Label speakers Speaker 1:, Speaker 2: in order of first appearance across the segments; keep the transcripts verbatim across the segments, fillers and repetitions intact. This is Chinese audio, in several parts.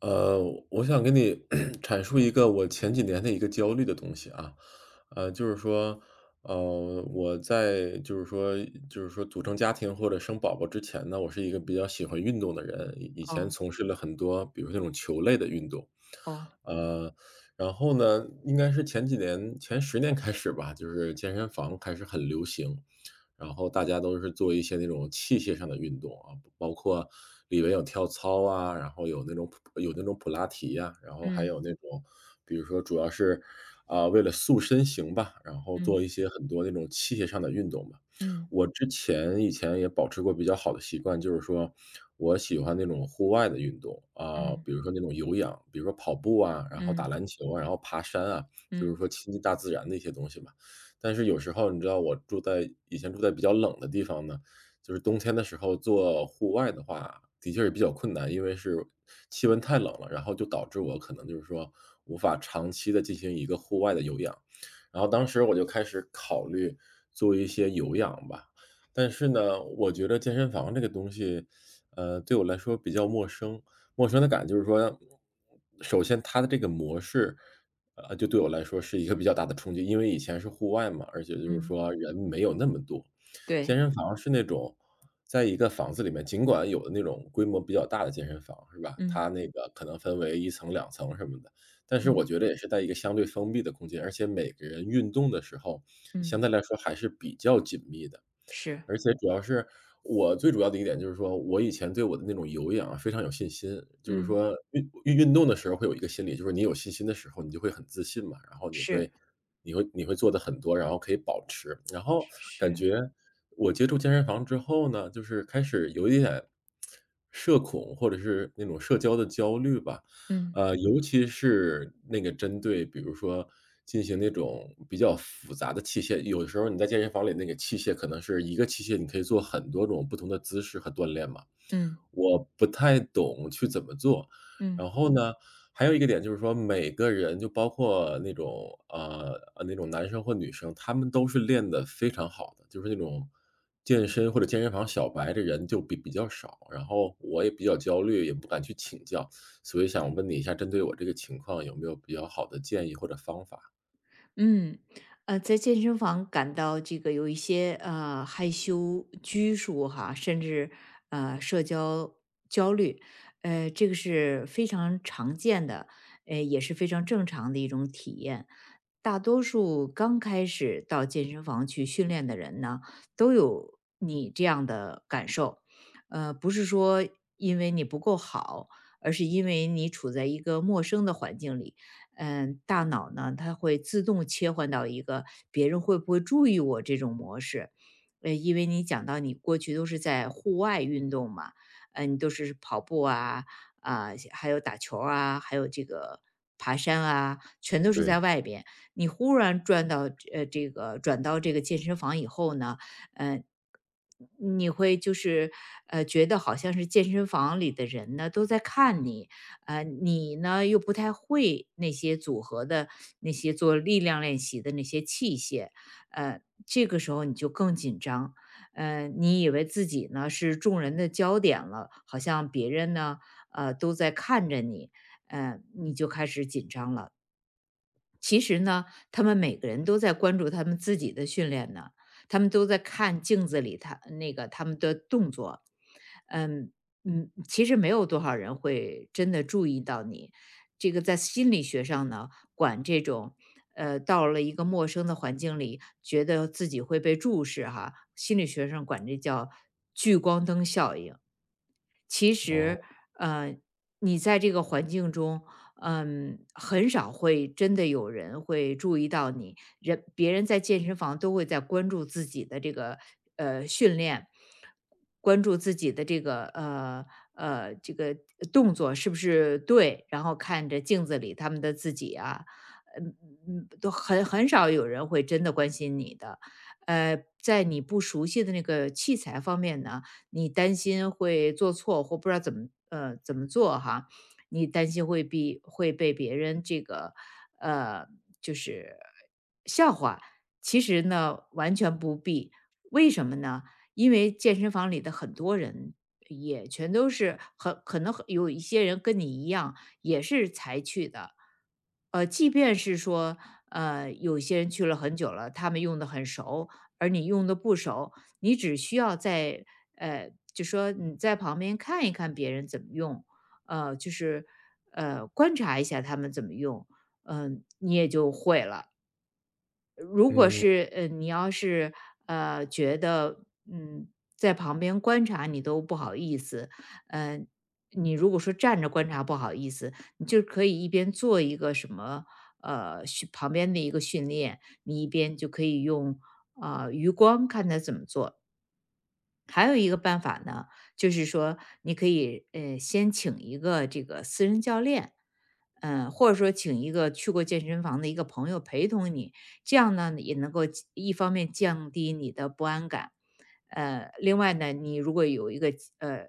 Speaker 1: 呃，我想跟你 阐述一个我前几年的一个焦虑的东西啊，呃，就是说，呃，我在就是说就是说组成家庭或者生宝宝之前呢，我是一个比较喜欢运动的人，以以前
Speaker 2: 哦，
Speaker 1: 从事了很多，比如那种球类的运动。
Speaker 2: 哦，
Speaker 1: 呃，然后呢，应该是前几年前十年开始吧，就是健身房开始很流行，然后大家都是做一些那种器械上的运动啊，包括里面有跳操啊，然后有那种普有那种普拉提呀，然后还
Speaker 2: 嗯，
Speaker 1: 有那种，比如说主要是，啊，为了塑身形吧，然后
Speaker 2: 嗯，
Speaker 1: 做一些很多那种器械上的运动吧。
Speaker 2: 嗯，
Speaker 1: 我之前以前也保持过比较好的习惯，就是说我喜欢那种户外的运动，啊，
Speaker 2: 嗯，
Speaker 1: 比如说那种有氧，比如说跑步啊，然后打
Speaker 2: 嗯，
Speaker 1: 篮球啊，然后爬山啊，就是
Speaker 2: 嗯，
Speaker 1: 说亲近大自然的一些东西吧。但是有时候你知道我住在以前住在比较冷的地方呢，就是冬天的时候做户外的话，的确是比较困难，因为是气温太冷了，然后就导致我可能就是说无法长期的进行一个户外的有氧。然后当时我就开始考虑做一些有氧吧，但是呢，我觉得健身房这个东西，呃，对我来说比较陌生。陌生的感觉就是说，首先它的这个模式呃，就对我来说是一个比较大的冲击，因为以前是户外嘛，而且就是
Speaker 2: 嗯，
Speaker 1: 说人没有那么多。
Speaker 2: 对，
Speaker 1: 健身房是那种在一个房子里面，尽管有的那种规模比较大的健身房是吧，
Speaker 2: 嗯，
Speaker 1: 它那个可能分为一层、两层什么的，但是
Speaker 2: 嗯，
Speaker 1: 我觉得也是在一个相对封闭的空间，而且每个人运动的时候，
Speaker 2: 嗯，
Speaker 1: 相对来说还是比较紧密的。
Speaker 2: 是，
Speaker 1: 而且主要是我最主要的一点就是说，我以前对我的那种有氧啊非常有信心，就是
Speaker 2: 嗯，
Speaker 1: 说运运运动的时候会有一个心理，就是你有信心的时候，你就会很自信嘛，然后你
Speaker 2: 是，
Speaker 1: 会你会你会做的很多，然后可以保持。然后感
Speaker 2: 是，
Speaker 1: 觉我接触健身房之后呢，就是开始有一点社恐或者是那种社交的焦虑吧，
Speaker 2: 嗯，
Speaker 1: 呃，尤其是那个针对比如说进行那种比较复杂的器械，有的时候你在健身房里那个器械可能是一个器械，你可以做很多种不同的姿势和锻炼嘛，
Speaker 2: 嗯，
Speaker 1: 我不太懂去怎么做。
Speaker 2: 嗯。
Speaker 1: 然后呢，还有一个点就是说每个人就包括那种，呃，呃，那种男生或女生，他们都是练得非常好的，就是那种健身或者健身房小白的人就比比较少，然后我也比较焦虑，也不敢去请教。所以想问你一下，针对我这个情况，有没有比较好的建议或者方法？
Speaker 2: 嗯，呃，在健身房感到这个有一些呃害羞、拘束哈，甚至呃社交焦虑，呃，这个是非常常见的，呃，也是非常正常的一种体验。大多数刚开始到健身房去训练的人呢，都有你这样的感受，呃，不是说因为你不够好，而是因为你处在一个陌生的环境里。嗯，大脑呢，它会自动切换到一个别人会不会注意我这种模式。呃，因为你讲到你过去都是在户外运动嘛，呃，你都是跑步啊，啊、还有打球儿啊，还有这个爬山啊，全都是在
Speaker 1: 对。
Speaker 2: 外边。你忽然转到呃这个转到这个健身房以后呢，呃，你会就是呃觉得好像是健身房里的人呢都在看你，呃，你呢又不太会那些组合的那些做力量练习的那些器械，呃，这个时候你就更紧张。呃，你以为自己呢是众人的焦点了，好像别人呢，呃，都在看着你，呃，你就开始紧张了。其实呢，他们每个人都在关注他们自己的训练呢，他们都在看镜子里他那个他们的动作，嗯嗯，其实没有多少人会真的注意到你。这个在心理学上呢，管这种呃到了一个陌生的环境里，觉得自己会被注视哈，心理学上管这叫聚光灯效应。其
Speaker 1: 哦。
Speaker 2: 实，呃，你在这个环境中，嗯，很少会真的有人会注意到你。人别人在健身房都会在关注自己的这个呃训练，关注自己的这个呃呃这个动作是不是对，然后看着镜子里他们的自己啊，嗯嗯，都很很少有人会真的关心你的。呃，在你不熟悉的那个器材方面呢，你担心会做错或不知道怎么呃怎么做哈，你担心会被会被别人这个呃就是笑话。其实呢，完全不必。为什么呢？因为健身房里的很多人也全都是很可能很有一些人跟你一样，也是才去的。呃，即便是说，呃，有些人去了很久了，他们用的很熟，而你用的不熟，你只需要在呃，就说你在旁边看一看别人怎么用，呃，就是呃观察一下他们怎么用，嗯、你也就会了。如果
Speaker 1: 嗯
Speaker 2: 是呃你要是呃觉得嗯在旁边观察你都不好意思，嗯，你如果说站着观察不好意思，你就可以一边做一个什么呃训旁边的一个训练，你一边就可以用呃余光看他怎么做，还有一个办法呢，就是说你可以呃先请一个这个私人教练，嗯、呃或者说请一个去过健身房的一个朋友陪同你，这样呢也能够一方面降低你的不安感，呃，另外呢，你如果有一个呃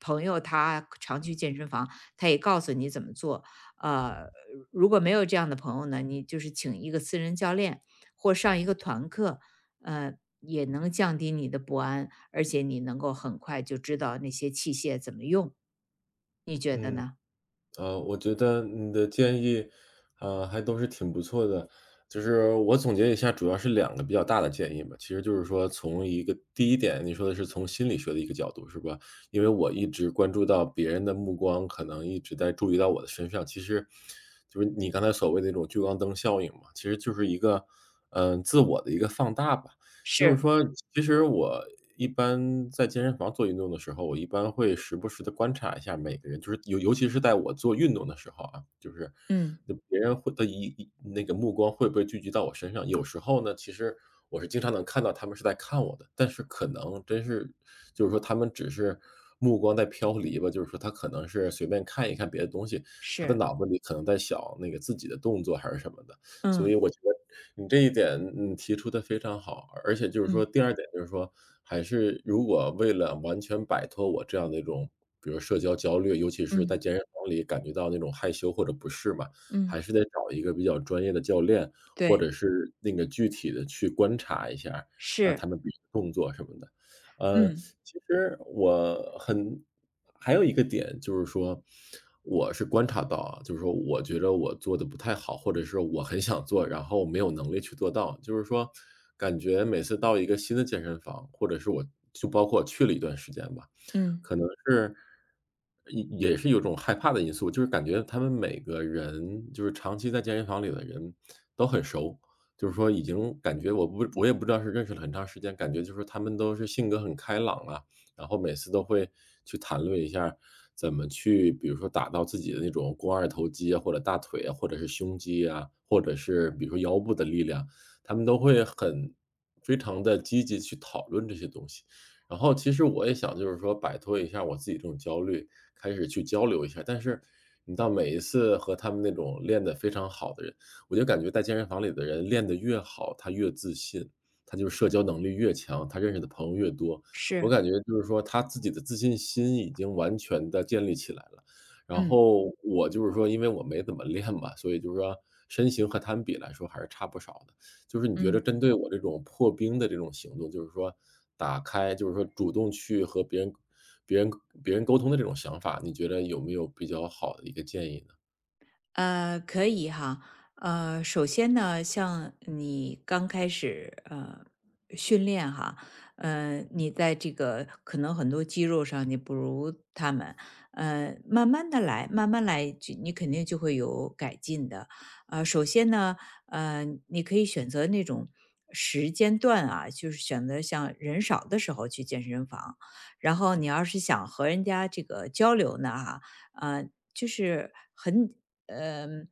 Speaker 2: 朋友他常去健身房，他也告诉你怎么做，呃，如果没有这样的朋友呢，你就是请一个私人教练或上一个团课，呃，也能降低你的不安。而且你能够很快就知道那些器械怎么用，你觉得
Speaker 1: 嗯。
Speaker 2: 呢？
Speaker 1: 呃，我觉得你的建议，呃，还都是挺不错的。就是我总结一下，主要是两个比较大的建议嘛。其实就是说，从一个第一点，你说的是从心理学的一个角度，是吧？因为我一直关注到别人的目光，可能一直在注意到我的身上。其实，就是你刚才所谓的那种聚光灯效应嘛，其实就是一个，嗯、自我的一个放大吧。就是
Speaker 2: 是，
Speaker 1: 说，其实我一般在健身房做运动的时候，我一般会时不时的观察一下每个人，就是尤尤其是在我做运动的时候啊，就是
Speaker 2: 嗯，
Speaker 1: 那别人会的一一那个目光会不会聚集到我身上。有时候呢，其实我是经常能看到他们是在看我的，但是可能真是就是说他们只是目光在飘离吧，就是说他可能是随便看一看别的东西，他的
Speaker 2: 是，
Speaker 1: 脑子里可能在想那个自己的动作还是什么的。所
Speaker 2: 嗯
Speaker 1: 以我觉得你这一点，嗯，提出的非常好。而且就是说
Speaker 2: 嗯
Speaker 1: 第二点就是说，还是如果为了完全摆脱我这样的一种，比如社交焦虑，尤其是
Speaker 2: 嗯
Speaker 1: 在健身房里感觉到那种害羞或者不适嘛，
Speaker 2: 嗯，
Speaker 1: 还是得找一个比较专业的教练，或
Speaker 2: 对，
Speaker 1: 者是那个具体的去观察一下，啊，
Speaker 2: 是，
Speaker 1: 他们比动作什么的。呃，
Speaker 2: 嗯
Speaker 1: 其实我很还有一个点就是说，我是观察到啊，就是说我觉得我做的不太好，或者是我很想做，然后没有能力去做到。就是说，感觉每次到一个新的健身房，或者是我就包括去了一段时间吧，
Speaker 2: 嗯，
Speaker 1: 可能是也也是有种害怕的因素，就是感觉他们每个人就是长期在健身房里的人都很熟，就是说已经感觉我不我也不知道是认识了很长时间，感觉就是他们都是性格很开朗啊，然后每次都会去谈论一下怎么去，比如说打到自己的那种肱二头肌啊，或者大腿啊，或者是胸肌啊，或者是比如说腰部的力量，他们都会很非常的积极去讨论这些东西。然后其实我也想就是说摆脱一下我自己这种焦虑，开始去交流一下。但是你到每一次和他们那种练得非常好的人，我就感觉在健身房里的人练得越好，他越自信，他就是社交能力越强，他认识的朋友越多。我
Speaker 2: 是，
Speaker 1: 感觉就是说他自己的自信心已经完全的建立起来了。然
Speaker 2: 嗯
Speaker 1: 后我就是说因为我没怎么练嘛，所以就是说身形和他们比来说还是差不少的。就是你觉得
Speaker 2: 嗯。
Speaker 1: 针对我这种破冰的这种行动，就是说打开，就是说主动去和别人别人别人沟通的这种想法，你觉得有没有比较好的一个建议呢？
Speaker 2: 呃，可以哈。呃，首先呢，像你刚开始呃训练哈，呃，你在这个可能很多肌肉上你不如他们，呃，慢慢的来，慢慢来，就你肯定就会有改进的。呃，首先呢，呃，你可以选择那种时间段啊，就是选择像人少的时候去健身房。然后你要是想和人家这个交流呢，哈，呃，就是，很嗯，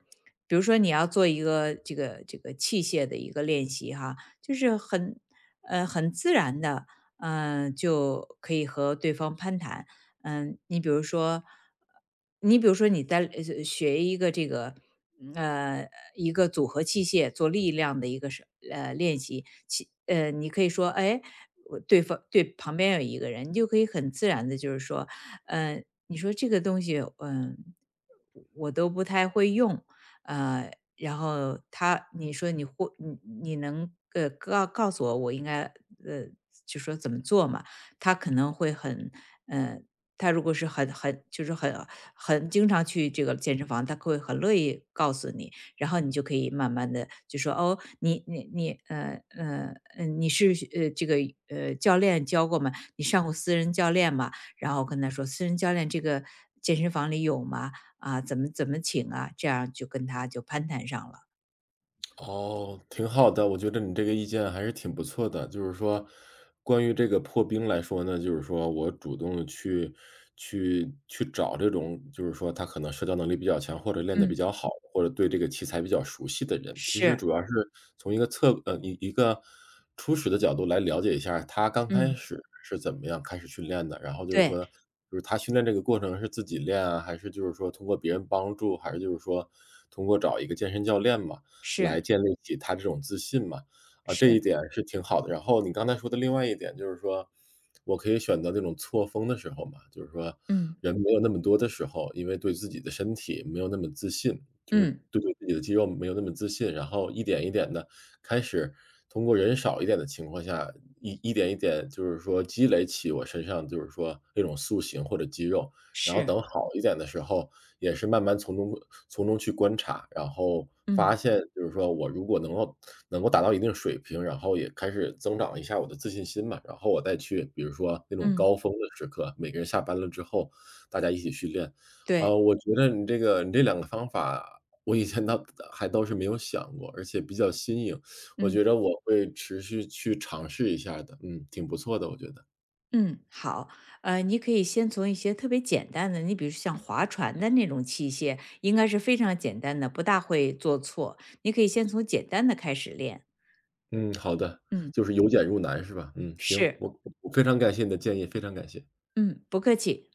Speaker 2: 比如说你要做一个这个这个器械的一个练习哈，就是很呃很自然的，嗯、就可以和对方攀谈。嗯、你比如说，你比如说你在呃学一个这个。嗯呃，一个组合器械做力量的一个是呃练习，其呃，你可以说，哎，我对方对旁边有一个人，你就可以很自然的，就是说，嗯、呃你说这个东西，嗯、我都不太会用，呃，然后他你说你会你你能呃告告诉我我应该呃就说怎么做嘛？他可能会很呃，他如果是很很就是很很经常去这个健身房，他会很乐意告诉你，然后你就可以慢慢的就说哦，你你你呃呃呃你是呃这个呃教练教过吗？你上过私人教练吗？然后跟他说私人教练这个健身房里有吗？啊，怎么怎么请啊，这样就跟他就攀谈上了。
Speaker 1: 哦，挺好的，我觉得你这个意见还是挺不错的。就是说，关于这个破冰来说呢，就是说我主动地去去去找这种，就是说他可能社交能力比较强，或者练得比
Speaker 2: 嗯。
Speaker 1: 较好，或者对这个器材比较熟悉的人。其实
Speaker 2: 是，
Speaker 1: 主要是从一个侧呃，一一个初始的角度来了解一下儿他刚开
Speaker 2: 嗯。
Speaker 1: 始是怎么样开始训练的。然后就是
Speaker 2: 对，
Speaker 1: 说，就是他训练这个过程是自己练啊，还是就是说通过别人帮助，还是就是说通过找一个健身教练嘛。
Speaker 2: 是，
Speaker 1: 来建立起他这种自信嘛。啊，
Speaker 2: 是，
Speaker 1: 这一点是挺好的。然后你刚才说的另外一点就是说，我可以选择那种错峰的时候嘛，就是说
Speaker 2: 嗯。
Speaker 1: 人没有那么多的时候，因为对自己的身体没有那么自信，就是
Speaker 2: 嗯，
Speaker 1: 对对自己的肌肉没有那么自信，然后一点一点的开始通过人少一点的情况下，一一点一点就是说积累起我身上就是说那种塑形或者肌肉。然后
Speaker 2: 是。
Speaker 1: 等好一点的时候，也是慢慢从中从中去观察，然后发
Speaker 2: 嗯，
Speaker 1: 现就是说我如果能够能够达到一定水平，然后也开始增长一下我的自信心嘛，然后我再去比如说那种
Speaker 2: 嗯，
Speaker 1: 高峰的时刻，每个人下班了之后，大家一起训练。啊，
Speaker 2: 对，
Speaker 1: 我觉得你这个你这两个方法，我以前倒还倒是没有想过，而且比较新颖，我
Speaker 2: 嗯。
Speaker 1: 觉得我会持续去尝试一下的，嗯，挺不错的，我觉得。
Speaker 2: 嗯，好。呃，你可以先从一些特别简单的，你比如像划船的那种器械，应该是非常简单的，不大会做错。你可以先从简单的开始练。
Speaker 1: 嗯，好的，
Speaker 2: 嗯。
Speaker 1: 就是由简入难是吧？嗯，行，
Speaker 2: 是，
Speaker 1: 我我非常感谢你的建议，非常感谢。
Speaker 2: 嗯。不客气。